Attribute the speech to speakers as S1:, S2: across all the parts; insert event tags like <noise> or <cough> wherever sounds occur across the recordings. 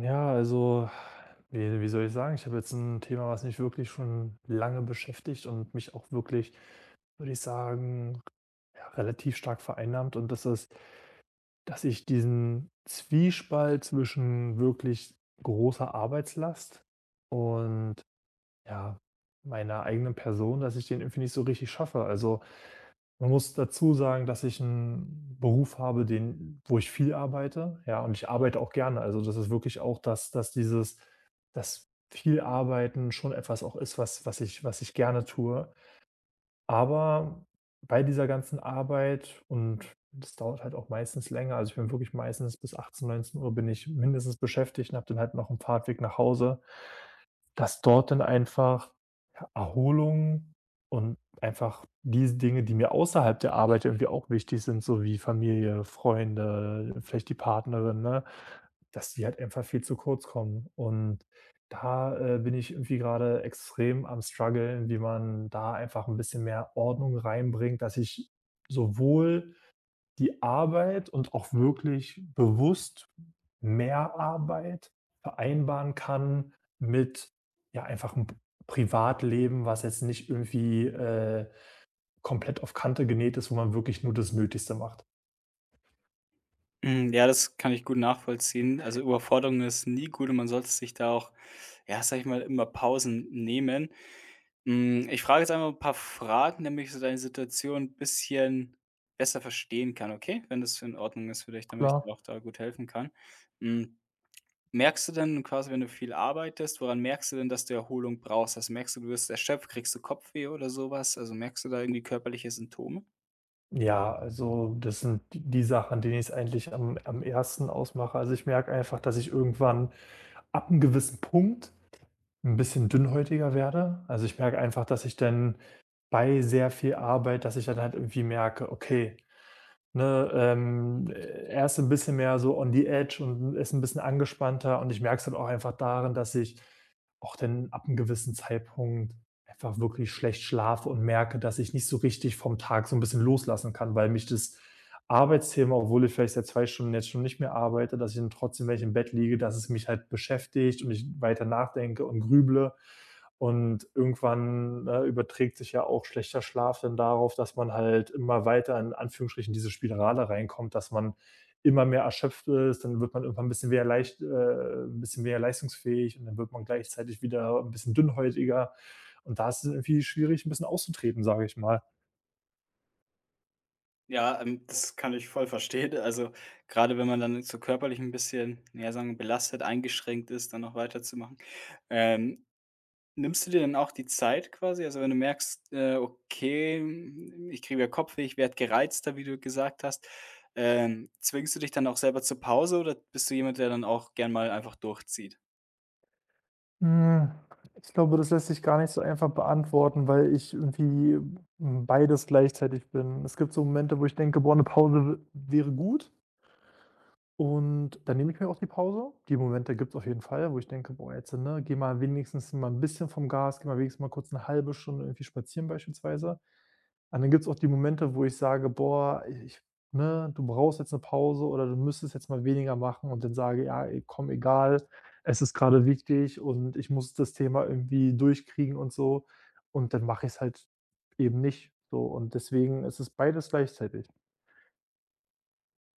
S1: Ja, also, wie soll ich sagen? Ich habe jetzt ein Thema, was mich wirklich schon lange beschäftigt und mich auch wirklich, würde ich sagen, ja, relativ stark vereinnahmt. Und das ist, dass ich diesen Zwiespalt zwischen wirklich großer Arbeitslast und, ja, meiner eigenen Person, dass ich den irgendwie nicht so richtig schaffe. Also, man muss dazu sagen, dass ich einen Beruf habe, den wo ich viel arbeite, ja, und ich arbeite auch gerne. Also, das ist wirklich auch, dass viel Arbeiten schon etwas auch ist, was ich gerne tue. Aber bei dieser ganzen Arbeit und das dauert halt auch meistens länger, also, ich bin wirklich meistens bis 18:00 Uhr bin ich mindestens beschäftigt und habe dann halt noch einen Fahrtweg nach Hause, dass dort dann einfach Erholung und einfach diese Dinge, die mir außerhalb der Arbeit irgendwie auch wichtig sind, so wie Familie, Freunde, vielleicht die Partnerin, ne, dass die halt einfach viel zu kurz kommen. Und da bin ich irgendwie gerade extrem am struggeln, wie man da einfach ein bisschen mehr Ordnung reinbringt, dass ich sowohl die Arbeit und auch wirklich bewusst mehr Arbeit vereinbaren kann mit, ja, einfach 'n Privatleben, was jetzt nicht irgendwie, komplett auf Kante genäht ist, wo man wirklich nur das Nötigste macht.
S2: Hm, ja, das kann ich gut nachvollziehen. Also, Überforderung ist nie gut und man sollte sich da auch, ja, sage ich mal, immer Pausen nehmen. Hm, ich frage jetzt einfach ein paar Fragen, damit ich so deine Situation ein bisschen besser verstehen kann, okay? Wenn das in Ordnung ist für dich, damit ich
S1: Klar.
S2: dir auch da gut helfen kann. Hm, merkst du denn quasi, wenn du viel arbeitest, woran merkst du denn, dass du Erholung brauchst? Also, merkst du, du wirst erschöpft? Kriegst du Kopfweh oder sowas? Also, merkst du da irgendwie körperliche Symptome?
S1: Ja, also, das sind d die Sachen, an denen ich's eigentlich am ersten ausmache. Also, ich merke einfach, dass ich irgendwann ab einem gewissen Punkt ein bisschen dünnhäutiger werde. Also, ich merke einfach, dass ich dann bei sehr viel Arbeit dass ich dann halt irgendwie merke: „Okay, ne, er ist 'n bisschen mehr so on the edge und ist ein bisschen angespannter“, und ich merke es halt auch einfach darin, dass ich auch dann ab einem gewissen Zeitpunkt einfach wirklich schlecht schlafe und merke, dass ich nicht so richtig vom Tag so ein bisschen loslassen kann, weil mich das Arbeitsthema, obwohl ich vielleicht seit 2 Stunden jetzt schon nicht mehr arbeite, dass ich dann trotzdem, wenn ich im Bett liege, dass es mich halt beschäftigt und ich weiter nachdenke und grüble. Und irgendwann, ne, überträgt sich ja auch schlechter Schlaf dann darauf, dass man halt immer weiter in Anführungsstrichen diese Spirale reinkommt, dass man immer mehr erschöpft ist, dann wird man irgendwann ein bisschen wieder leicht 'n bisschen weniger leistungsfähig und dann wird man gleichzeitig wieder ein bisschen dünnhäutiger. Und da ist es irgendwie schwierig, ein bisschen auszutreten, sage ich mal.
S2: Ja, das kann ich voll verstehen. Also, gerade wenn man dann so körperlich ein bisschen, ja, sagen wir, belastet, eingeschränkt ist, dann noch weiterzumachen. Ähm, Nimmst du dir dann auch die Zeit quasi? Also, wenn du merkst, „Okay, hm, ich kriege wieder Kopfweh, ich werde gereizter“, wie du gesagt hast, zwingst du dich dann auch selber zur Pause oder bist du jemand, der dann auch gern mal einfach durchzieht?
S1: Hm, Ich glaube, das lässt sich gar nicht so einfach beantworten, weil ich irgendwie, beides gleichzeitig bin. Es gibt so Momente, wo ich denke: „Boah, eine Pause w wäre gut.“ Und dann nehme ich mir auch die Pause. Die Momente gibt es auf jeden Fall, wo ich denke: „Boah, jetzt, ne, geh mal wenigstens mal ein bisschen vom Gas, geh mal wenigstens mal kurz eine halbe Stunde irgendwie spazieren“ beispielsweise. Und dann gibt's auch die Momente, wo ich sage: „Boah, ich ne, du brauchst jetzt eine Pause oder du müsstest jetzt mal weniger machen.“ Und dann sage: „Ja, ey, komm, egal, es ist gerade wichtig und ich muss das Thema irgendwie durchkriegen und so.“ Und dann mache ich es halt eben nicht so. Und deswegen ist es beides gleichzeitig.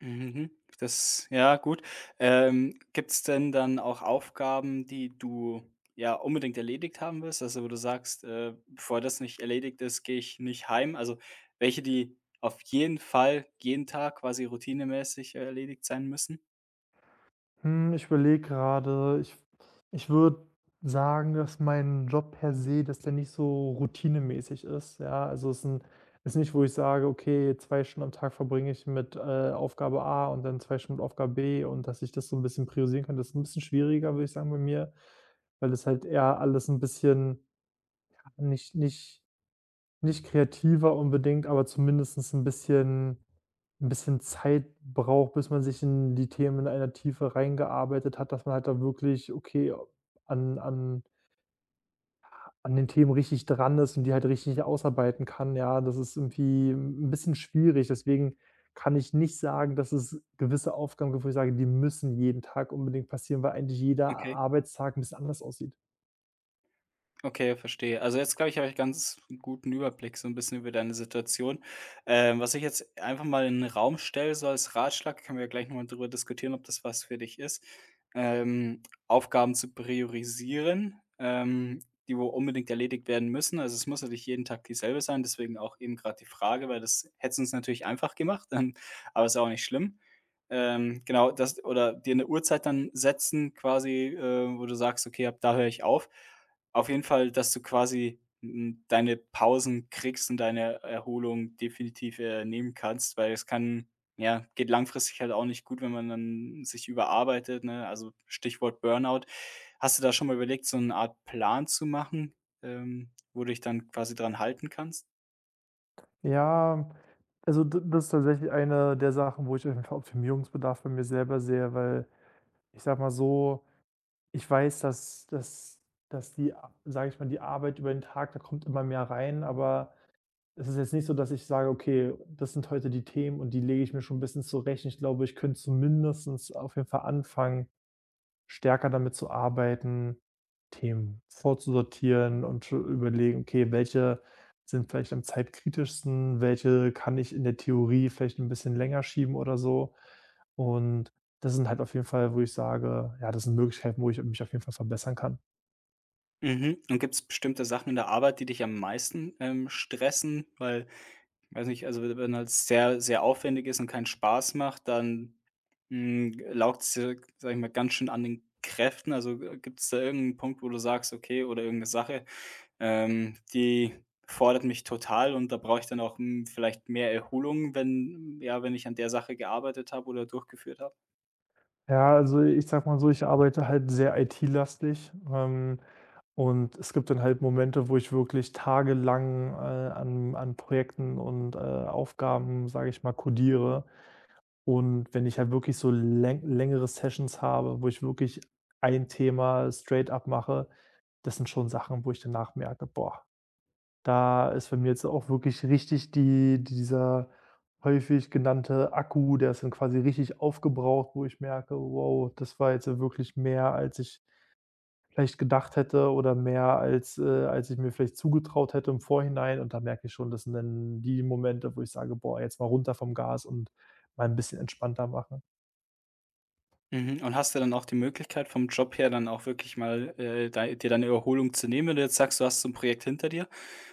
S2: Mhm. Das, ja, gut. Gibt es denn dann auch Aufgaben, die du, ja, unbedingt erledigt haben willst? Also, wo du sagst: bevor das nicht erledigt ist, gehe ich nicht heim.“ Also, welche, die auf jeden Fall jeden Tag quasi routinemäßig erledigt sein müssen?
S1: Ich überlege gerade. Ich würde sagen, dass mein Job per se, dass der nicht so routinemäßig ist, ja? Also, es ist 'n ist nicht, wo ich sage: „Okay, 2 Stunden am Tag verbringe ich mit Aufgabe A und dann 2 Stunden mit Aufgabe B“, und dass ich das so ein bisschen priorisieren kann. Das ist ein bisschen schwieriger, würde ich sagen, bei mir, weil das halt eher alles ein bisschen nicht nicht nicht kreativer unbedingt, aber zumindest ein bisschen Zeit braucht, bis man sich in die Themen in einer Tiefe reingearbeitet hat, dass man halt da wirklich, okay, an an an den Themen richtig dran ist und die halt richtig ausarbeiten kann. Ja, das ist irgendwie ein bisschen schwierig. Deswegen kann ich nicht sagen, dass es gewisse Aufgaben gibt, wo ich sage, die müssen jeden Tag unbedingt passieren, weil eigentlich jeder
S2: Okay.
S1: Arbeitstag ein bisschen anders aussieht.
S2: Okay, verstehe. Also jetzt, glaube ich, habe ich ganz 'n guten Überblick so ein bisschen über deine Situation. Was ich jetzt einfach mal in 'nen Raum stelle, so als Ratschlag, können wir ja gleich noch mal drüber diskutieren, ob das was für dich ist, Aufgaben zu priorisieren, die wo unbedingt erledigt werden müssen. Also, es muss ja nicht jeden Tag dieselbe sein, deswegen auch eben gerade die Frage, weil das hätt's uns natürlich einfach gemacht, <laughs> aber ist ja auch nicht schlimm. Genau, das oder dir eine Uhrzeit dann setzen quasi, wo du sagst: „Okay, ab da höre ich auf.“ Auf jeden Fall, dass du quasi, hm, deine Pausen kriegst und deine Erholung definitiv, nehmen kannst, weil es kann ja, geht langfristig halt auch nicht gut, wenn man dann sich überarbeitet, ne? Also, Stichwort Burnout. Hast du da schon mal überlegt, so eine Art Plan zu machen, wo du dich dann quasi dran halten kannst?
S1: Ja, also d das ist tatsächlich eine der Sachen, wo ich auf jeden Fall Optimierungsbedarf bei mir selber sehe, weil ich sage mal so, ich weiß, dass die, sage ich mal, die Arbeit über den Tag, da kommt immer mehr rein, aber es ist jetzt nicht so, dass ich sage: „Okay, das sind heute die Themen und die lege ich mir schon 'n bisschen zurecht.“ Ich glaube, ich könnte zumindestens auf jeden Fall anfangen, stärker damit zu arbeiten, Themen vorzusortieren und zu überlegen: „Okay, welche sind vielleicht am zeitkritischsten? Welche kann ich in der Theorie vielleicht ein bisschen länger schieben oder so?“ Und das sind halt auf jeden Fall, wo ich sage, ja, das sind Möglichkeiten, wo ich mich auf jeden Fall verbessern kann.
S2: Mhm. Und gibt es bestimmte Sachen in der Arbeit, die dich am meisten, stressen? Weil, weiß nicht, also wenn halt sehr, sehr aufwendig ist und keinen Spaß macht, dann, hm, laugt ja, sag ich mal, ganz schön an den Kräften. Also, gibt es da irgendeinen Punkt, wo du sagst, okay, oder irgendeine Sache, die fordert mich total und da brauche ich dann auch, hm, vielleicht mehr Erholung, wenn ja, wenn ich an der Sache gearbeitet habe oder durchgeführt habe?
S1: Ja, also, ich sage mal so, ich arbeite halt sehr IT-lastig, und es gibt dann halt Momente, wo ich wirklich tagelang, an Projekten und, Aufgaben, sage ich mal, codiere. Und wenn ich halt wirklich so längere Sessions habe, wo ich wirklich ein Thema straight up mache, das sind schon Sachen, wo ich danach merke: „Boah, da ist bei mir jetzt auch wirklich richtig dieser häufig genannte Akku, der ist dann quasi richtig aufgebraucht“, wo ich merke: „Wow, das war jetzt ja wirklich mehr, als ich vielleicht gedacht hätte oder mehr als als ich mir vielleicht zugetraut hätte im Vorhinein.“ Und da merke ich schon, das sind dann die Momente, wo ich sage: „Boah, jetzt mal runter vom Gas und mal ein bisschen entspannter machen.“
S2: Mhm, und hast du dann auch die Möglichkeit vom Job her dann auch wirklich mal, dei dir deine Erholung zu nehmen, wenn du jetzt sagst, du hast so ein Projekt hinter dir?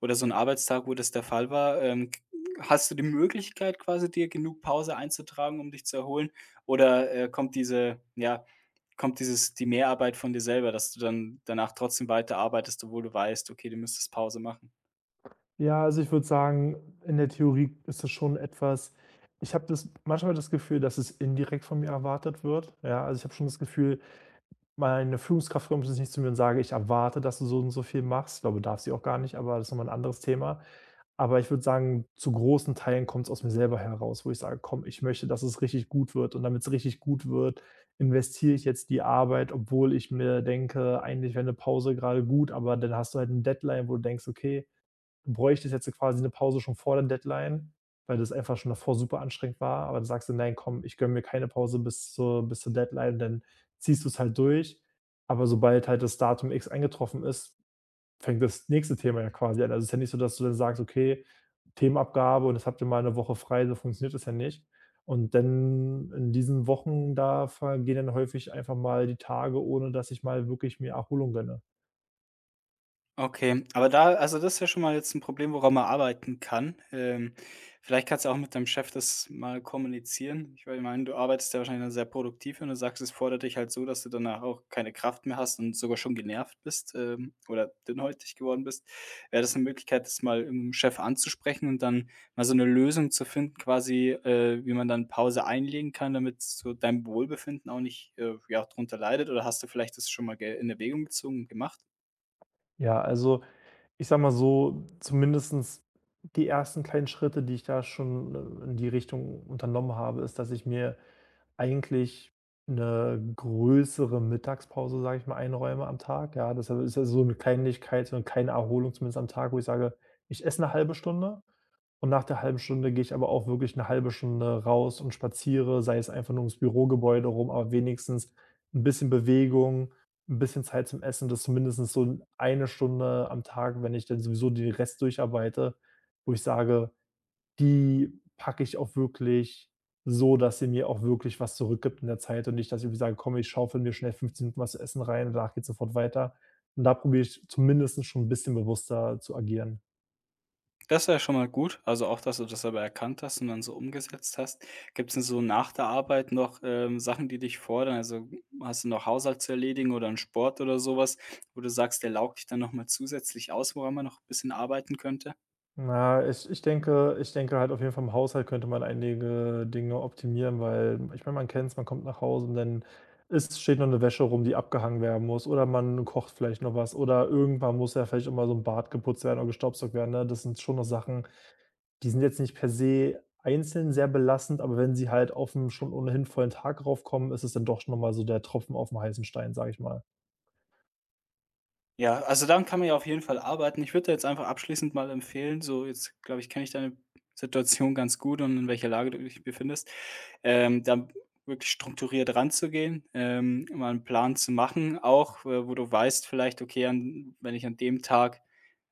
S2: Oder so 'n Arbeitstag, wo das der Fall war, k hast du die Möglichkeit quasi, dir genug Pause einzutragen, um dich zu erholen? Oder, kommt diese, kommt dieses die Mehrarbeit von dir selber, dass du dann danach trotzdem weiterarbeitest, obwohl du weißt: „Okay, du müsstest Pause machen?“
S1: Ja, also ich würde sagen, in der Theorie ist das schon etwas. Ich habe das manchmal das Gefühl, dass es indirekt von mir erwartet wird. Ja, also ich habe schon das Gefühl, meine Führungskraft kommt jetzt nicht zu mir und sage, ich erwarte, dass du so und so viel machst. Ich glaube, darf sie auch gar nicht, aber das ist nochmal ein anderes Thema. Aber ich würde sagen, zu großen Teilen kommt es aus mir selber heraus, wo ich sage, komm, ich möchte, dass es richtig gut wird. Und damit es richtig gut wird, investiere ich jetzt die Arbeit, obwohl ich mir denke, eigentlich wäre eine Pause gerade gut, aber dann hast du halt ein Deadline, wo du denkst, okay, du bräuchtest jetzt quasi 'ne Pause schon vor der Deadline, weil das einfach schon davor super anstrengend war, aber dann sagst du: „Nein, komm, ich gönne mir keine Pause bis zur Deadline“, dann ziehst du's halt durch. Aber sobald halt das Datum X eingetroffen ist, fängt das nächste Thema ja quasi an. Also, es ist ja nicht so, dass du dann sagst: „Okay, Themenabgabe und jetzt habt ihr mal 'ne Woche frei“, so funktioniert das ja nicht. Und dann in diesen Wochen, da vergehen dann häufig einfach mal die Tage, ohne dass ich mal wirklich mir Erholung gönne.
S2: Okay, aber da, also, das ist ja schon mal jetzt ein Problem, woran man arbeiten kann. Vielleicht kannst du auch mit deinem Chef das mal kommunizieren. Ich würde meinen, du arbeitest ja wahrscheinlich dann sehr produktiv und du sagst, es fordert dich halt so, dass du danach auch keine Kraft mehr hast und sogar schon genervt bist, oder dünnhäutig geworden bist. Wäre das eine Möglichkeit, das mal im Chef anzusprechen und dann mal so eine Lösung zu finden quasi, wie man dann Pause einlegen kann, damit so dein Wohlbefinden auch nicht, ja, drunter leidet? Oder hast du vielleicht das schon mal ge in Erwägung gezogen und gemacht?
S1: Ja, also ich sage mal so, zumindestens die ersten kleinen Schritte, die ich da schon, in die Richtung unternommen habe, ist, dass ich mir eigentlich eine größere Mittagspause, sage ich mal, einräume am Tag. Ja, das ist ja so eine Kleinigkeit, so eine kleine Erholung zumindest am Tag, wo ich sage: „Ich esse eine halbe Stunde und nach der halben Stunde gehe ich aber auch wirklich eine halbe Stunde raus und spaziere, sei es einfach nur ums Bürogebäude rum, aber wenigstens ein bisschen Bewegung, ein bisschen Zeit zum Essen, dass zumindestens so eine Stunde am Tag, wenn ich dann sowieso den Rest durcharbeite, wo ich sage, die packe ich auch wirklich so, dass sie mir auch wirklich was zurückgibt in der Zeit und nicht, dass ich irgendwie sage: „Komm, ich schaufel mir schnell 15 Minuten was zu essen rein und danach geht sofort weiter.“ Und da probiere ich zumindestens schon ein bisschen bewusster zu agieren.
S2: Das ist ja schon mal gut. Also auch, dass du das aber erkannt hast und dann so umgesetzt hast. Gibt es denn so nach der Arbeit noch, Sachen, die dich fordern? Also, hast du noch Haushalt zu erledigen oder 'n Sport oder sowas, wo du sagst, der laugt dich dann noch mal zusätzlich aus, woran man noch ein bisschen arbeiten könnte?
S1: Na, ich denke halt auf jeden Fall im Haushalt könnte man einige Dinge optimieren, weil ich meine, man kennt's, man kommt nach Hause und dann ist steht noch eine Wäsche rum, die abgehangen werden muss oder man kocht vielleicht noch was oder irgendwann muss ja vielleicht immer so ein Bad geputzt werden oder gestaubsaugt werden, ne? Das sind schon noch Sachen, die sind jetzt nicht per se einzeln sehr belastend, aber wenn sie halt auf 'n schon ohnehin vollen Tag raufkommen, ist es dann doch schon noch mal so der Tropfen auf dem heißen Stein, sage ich mal.
S2: Ja, also daran kann man ja auf jeden Fall arbeiten. Ich würde da jetzt einfach abschließend mal empfehlen, so jetzt, glaube ich, kenne ich deine Situation ganz gut und in welcher Lage du dich befindest, da wirklich strukturiert ranzugehen, mal einen Plan zu machen, auch, wo du weißt vielleicht, okay, an wenn ich an dem Tag,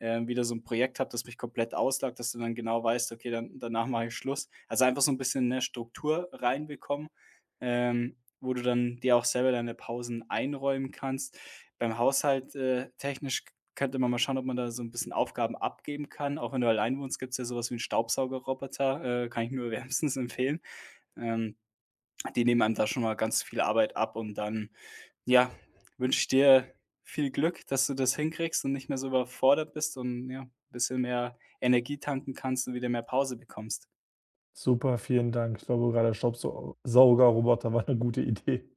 S2: wieder so ein Projekt habe, das mich komplett auslagt, dass du dann genau weißt: „Okay, dann danach mache ich Schluss.“ Also einfach so ein bisschen eine Struktur reinbekommen, wo du dann dir auch selber deine Pausen einräumen kannst. Beim Haushalt, technisch könnte man mal schauen, ob man da so ein bisschen Aufgaben abgeben kann. Auch wenn du allein wohnst, gibt's ja sowas wie 'n Staubsaugerroboter, kann ich nur <laughs> wärmstens empfehlen. Ähm, die nehmen einem da schon mal ganz viel Arbeit ab und dann, ja, wünsche ich dir viel Glück, dass du das hinkriegst und nicht mehr so überfordert bist und, ja, ein bisschen mehr Energie tanken kannst und wieder mehr Pause bekommst.
S1: Super, vielen Dank. Ich glaube, gerade der Staubsaugerroboter war eine gute Idee.